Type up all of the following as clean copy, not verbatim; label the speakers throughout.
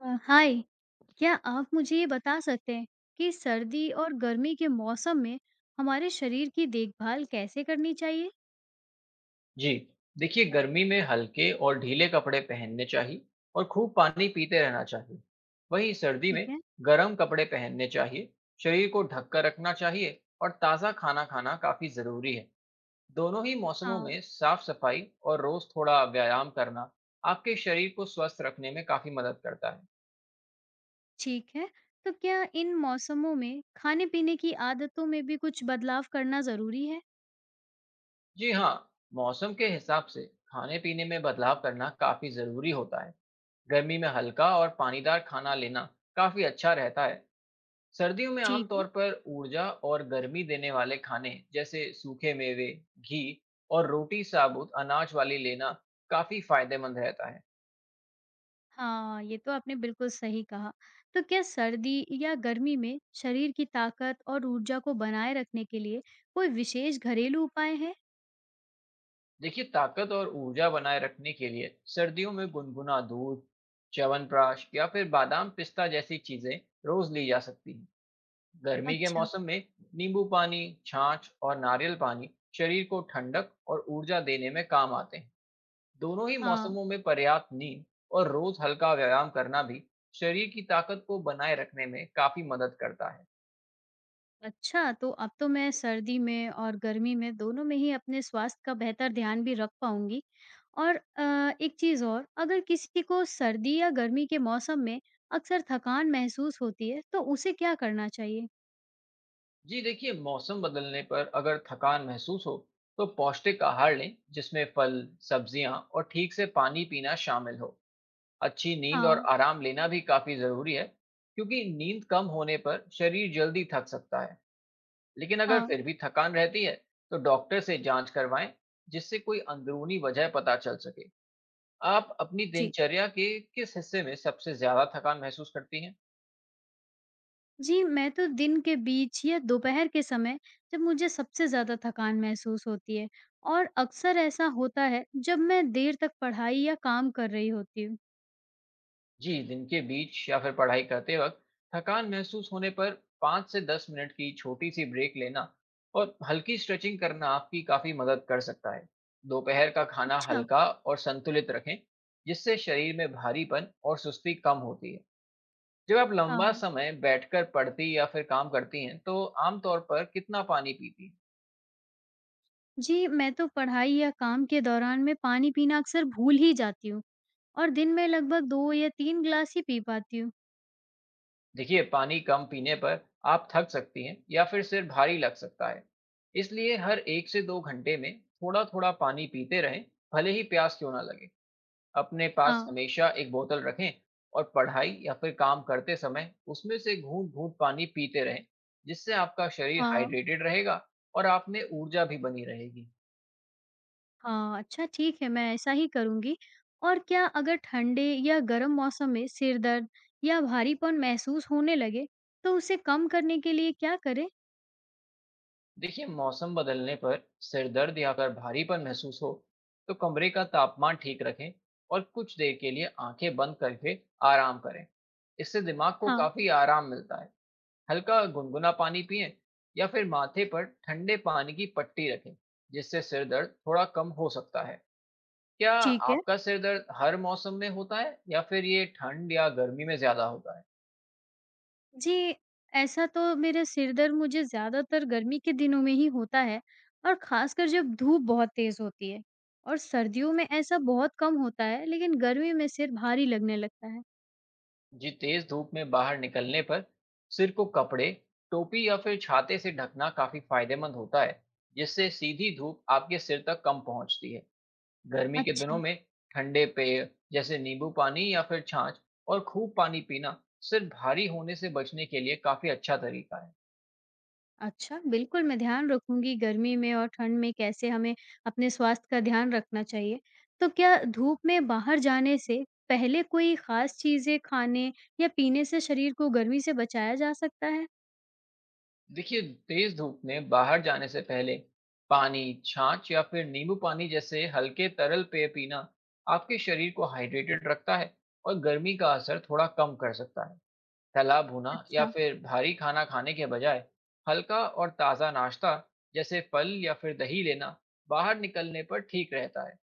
Speaker 1: हाय। क्या आप मुझे ये बता सकते हैं कि सर्दी और गर्मी के मौसम में हमारे शरीर की देखभाल कैसे करनी चाहिए।
Speaker 2: जी, देखिए गर्मी में हल्के और ढीले कपड़े पहनने चाहिए और खूब पानी पीते रहना चाहिए। वहीं सर्दी
Speaker 1: ठीक
Speaker 2: में
Speaker 1: है।
Speaker 2: गर्म कपड़े पहनने चाहिए, शरीर को ढक कर रखना चाहिए और ताज़ा खाना खाना काफ़ी ज़रूरी है। दोनों ही मौसमों
Speaker 1: हाँ।
Speaker 2: में साफ सफाई और रोज़ थोड़ा व्यायाम करना आपके शरीर को स्वस्थ रखने में काफ़ी मदद करता है।
Speaker 1: ठीक है, तो क्या इन मौसमों में खाने पीने की आदतों में भी कुछ बदलाव करना जरूरी है।
Speaker 2: जी हाँ, मौसम के हिसाब से खाने पीने में बदलाव करना काफ़ी ज़रूरी होता है। गर्मी में हल्का और पानीदार खाना लेना काफ़ी अच्छा रहता है। सर्दियों में
Speaker 1: ठीक है।
Speaker 2: आमतौर पर ऊर्जा और गर्मी देने वाले खाने जैसे सूखे मेवे, घी और रोटी साबुत अनाज वाली लेना काफी फायदेमंद रहता है।
Speaker 1: हाँ, ये तो आपने बिल्कुल सही कहा। तो क्या सर्दी या गर्मी में शरीर की ताकत और ऊर्जा को बनाए रखने के लिए कोई विशेष घरेलू उपाय है।
Speaker 2: देखिए, ताकत और ऊर्जा बनाए रखने के लिए सर्दियों में गुनगुना दूध, च्यवनप्राश या फिर बादाम पिस्ता जैसी चीजें रोज ली जा सकती हैं। गर्मी के
Speaker 1: अच्छा।
Speaker 2: मौसम में नींबू पानी, छाछ और नारियल पानी शरीर को ठंडक और ऊर्जा देने में काम आते हैं। दोनों ही
Speaker 1: हाँ।
Speaker 2: मौसमों में पर्याप्त नींद और रोज हल्का व्यायाम करना भी शरीर की ताकत को बनाए रखने में काफी मदद करता है।
Speaker 1: अच्छा, तो अब तो मैं सर्दी में और गर्मी में दोनों में ही अपने स्वास्थ्य का बेहतर ध्यान भी रख पाऊँगी। और एक चीज़ और, अगर किसी को सर्दी या गर्मी के मौसम में अक्सर थकान महसूस होती है, तो उसे क्या करना चाहिए?
Speaker 2: जी देखिए, मौसम बदलने पर अगर थकान महसूस हो तो पौष्टिक आहार लें जिसमें फल, सब्जियां और ठीक से पानी पीना शामिल हो। अच्छी नींद और
Speaker 1: हाँ।
Speaker 2: आराम लेना भी काफी जरूरी है क्योंकि नींद कम होने पर शरीर जल्दी थक सकता है। लेकिन अगर
Speaker 1: हाँ।
Speaker 2: फिर भी थकान रहती है तो डॉक्टर से जांच करवाएं जिससे कोई अंदरूनी वजह पता चल सके। आप अपनी
Speaker 1: जी।
Speaker 2: दिनचर्या के किस हिस्से में सबसे ज्यादा थकान महसूस करती हैं?
Speaker 1: जी, मैं तो दिन के बीच या दोपहर के समय जब मुझे सबसे ज़्यादा थकान महसूस होती है, और अक्सर ऐसा होता है जब मैं देर तक पढ़ाई या काम कर रही होती हूँ।
Speaker 2: जी, दिन के बीच या फिर पढ़ाई करते वक्त थकान महसूस होने पर 5 से 10 मिनट की छोटी सी ब्रेक लेना और हल्की स्ट्रेचिंग करना आपकी काफी मदद कर सकता है। दोपहर का खाना
Speaker 1: अच्छा।
Speaker 2: हल्का और संतुलित रखें, जिससे शरीर में भारीपन और सुस्ती कम होती है। जब आप लंबा
Speaker 1: हाँ।
Speaker 2: समय बैठकर पढ़ती या फिर काम करती हैं, तो आमतौर पर कितना पानी पीती हैं?
Speaker 1: जी, मैं तो पढ़ाई या काम के दौरान में पानी पीना अक्सर भूल ही जाती हूँ और दिन में लगभग 2 या 3 ग्लास ही पी पाती हूँ।
Speaker 2: देखिए, पानी कम पीने पर आप थक सकती हैं या फिर सिर भारी लग सकता है। इसलिए हर एक से दो घंटे में थोड़ा थोड़ा पानी पीते रहें, भले ही प्यास क्यों ना लगे। अपने पास
Speaker 1: हाँ।
Speaker 2: हमेशा एक बोतल रखें और पढ़ाई या फिर काम करते समय उसमें से घूंट घूंट पानी पीते रहें, जिससे आपका शरीर
Speaker 1: हाँ।
Speaker 2: हाइड्रेटेड रहेगा और आप में ऊर्जा भी बनी रहेगी।
Speaker 1: हाँ, अच्छा ठीक है, मैं ऐसा ही करूँगी। और क्या, अगर ठंडे या गर्म मौसम में सिर दर्द या भारीपन महसूस होने लगे, तो उसे कम करने के लिए क्या करें?
Speaker 2: देखिए, मौसम बदलने पर सिरदर्द या अगर भारीपन महसूस हो तो कमरे का तापमान ठीक रखें और कुछ देर के लिए आंखें बंद करके आराम करें। इससे दिमाग को
Speaker 1: हाँ।
Speaker 2: काफी आराम मिलता है। हल्का गुनगुना पानी पिएं या फिर माथे पर ठंडे पानी की पट्टी रखें, जिससे सिर दर्द थोड़ा कम हो सकता है। क्या
Speaker 1: ठीक है।
Speaker 2: आपका सिर दर्द हर मौसम में होता है या फिर ये ठंड या गर्मी में ज्यादा होता है?
Speaker 1: जी, ऐसा तो मेरा सिर दर्द मुझे ज़्यादातर गर्मी के दिनों में ही होता है और ख़ासकर जब धूप बहुत तेज़ होती है, और सर्दियों में ऐसा बहुत कम होता है, लेकिन गर्मी में सिर भारी लगने लगता है।
Speaker 2: जी, तेज धूप में बाहर निकलने पर सिर को कपड़े, टोपी या फिर छाते से ढकना काफी फायदेमंद होता है, जिससे सीधी धूप आपके सिर तक कम पहुंचती है। गर्मी के दिनों
Speaker 1: अच्छा।
Speaker 2: में ठंडे पेय जैसे नींबू पानी या फिर छाछ और खूब पानी पीना सिर भारी होने से बचने के लिए काफी अच्छा तरीका है।
Speaker 1: अच्छा, बिल्कुल मैं ध्यान रखूँगी गर्मी में और ठंड में कैसे हमें अपने स्वास्थ्य का ध्यान रखना चाहिए। तो क्या धूप में बाहर जाने से पहले कोई ख़ास चीज़ें खाने या पीने से शरीर को गर्मी से बचाया जा सकता है?
Speaker 2: देखिए, तेज धूप में बाहर जाने से पहले पानी, छाछ या फिर नींबू पानी जैसे हल्के तरल पेय पीना आपके शरीर को हाइड्रेटेड रखता है और गर्मी का असर थोड़ा कम कर सकता है। तला भुना या
Speaker 1: अच्छा।
Speaker 2: फिर भारी खाना खाने के बजाय हल्का और ताज़ा नाश्ता जैसे फल या फिर दही लेना बाहर निकलने पर ठीक रहता है।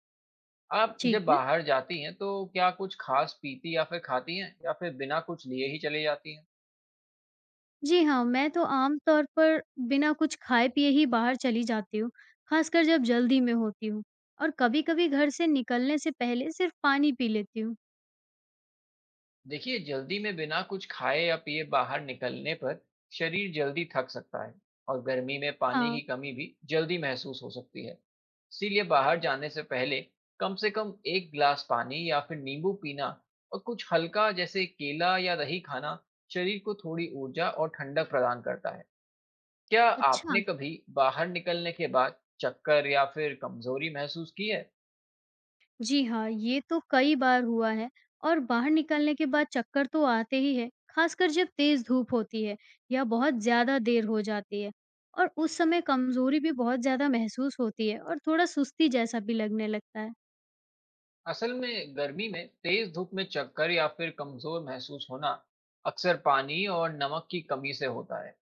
Speaker 2: आप
Speaker 1: ठीक
Speaker 2: जब
Speaker 1: है।
Speaker 2: बाहर जाती हैं तो क्या कुछ खास पीती या फिर खाती हैं या फिर बिना कुछ लिए ही चली जाती हैं?
Speaker 1: जी हाँ, मैं तो आम तौर पर बिना कुछ खाए-पिए ही बाहर चली जाती हूँ, ख़ासकर जब जल्दी में होती हूँ, और कभी-कभी घर से निकलने से पहले सिर्फ़ पानी पी लेती हूँ।
Speaker 2: देखिए, जल्दी में बिना कुछ खाए या पिए बाहर निकलने पर शरीर जल्दी थक सकता है और गर्मी में पानी
Speaker 1: हाँ।
Speaker 2: की कमी भी जल्दी महसूस हो सकती है। इसीलिए बाहर जाने से पहले कम से कम एक गिलास पानी या फिर नींबू पीना और कुछ हल्का जैसे केला या दही खाना शरीर को थोड़ी ऊर्जा और ठंडक प्रदान करता है। क्या
Speaker 1: अच्छा।
Speaker 2: आपने कभी बाहर निकलने के बाद चक्कर या फिर कमजोरी महसूस की है?
Speaker 1: जी हाँ, ये तो कई बार हुआ है, और बाहर निकलने के बाद चक्कर तो आते ही है, ख़ासकर जब तेज़ धूप होती है या बहुत ज़्यादा देर हो जाती है, और उस समय कमज़ोरी भी बहुत ज़्यादा महसूस होती है और थोड़ा सुस्ती जैसा भी लगने लगता है।
Speaker 2: असल में गर्मी में तेज धूप में चक्कर या फिर कमजोर महसूस होना अक्सर पानी और नमक की कमी से होता है।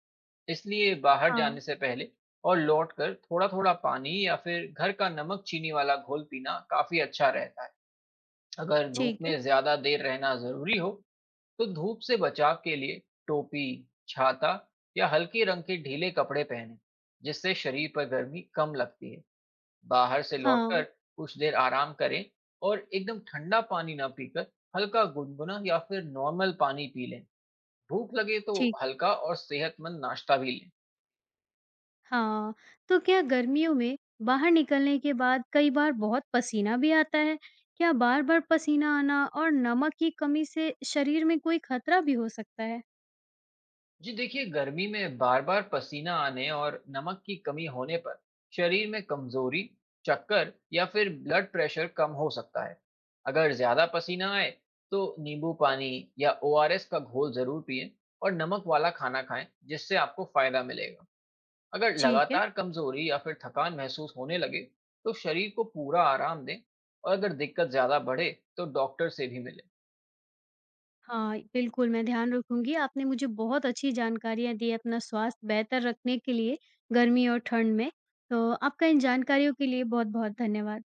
Speaker 2: इसलिए बाहर
Speaker 1: हाँ।
Speaker 2: जाने से पहले और लौटकर थोड़ा थोड़ा पानी या फिर घर का नमक चीनी वाला घोल पीना काफी अच्छा रहता है। अगर धूप
Speaker 1: ठीक है।
Speaker 2: में ज्यादा देर रहना जरूरी हो तो धूप से बचाव के लिए टोपी, छाता या हल्के रंग के ढीले कपड़े पहने, जिससे शरीर पर गर्मी कम लगती है। बाहर से लौटकर
Speaker 1: हाँ।
Speaker 2: कुछ देर आराम करें और एकदम ठंडा पानी ना पीकर हल्का गुनगुना या फिर नॉर्मल पानी पी लें। भूख लगे तो
Speaker 1: ठीक।
Speaker 2: हल्का और सेहतमंद नाश्ता भी लें।
Speaker 1: हाँ, तो क्या गर्मियों में बाहर निकलने के बाद कई बार बहुत पसीना भी आता है? क्या बार-बार पसीना आना और नमक की कमी से शरीर में कोई खतरा भी हो सकता है?
Speaker 2: जी देखिए, गर्मी में बार बार पसीना आने और नमक की कमी होने पर शरीर में कमजोरी, चक्कर या फिर ब्लड प्रेशर कम हो सकता है। अगर ज्यादा पसीना आए तो नींबू पानी या ओआरएस का घोल जरूर पिएं और नमक वाला खाना खाएं, जिससे आपको फायदा मिलेगा। अगर
Speaker 1: ठीक है।
Speaker 2: लगातार कमजोरी या फिर थकान महसूस होने लगे तो शरीर को पूरा आराम दें और अगर दिक्कत ज्यादा बढ़े तो डॉक्टर से भी मिलें।
Speaker 1: हाँ, बिल्कुल मैं ध्यान रखूँगी। आपने मुझे बहुत अच्छी जानकारियाँ दी हैं अपना स्वास्थ्य बेहतर रखने के लिए गर्मी और ठंड में। तो आपका इन जानकारियों के लिए बहुत-बहुत धन्यवाद।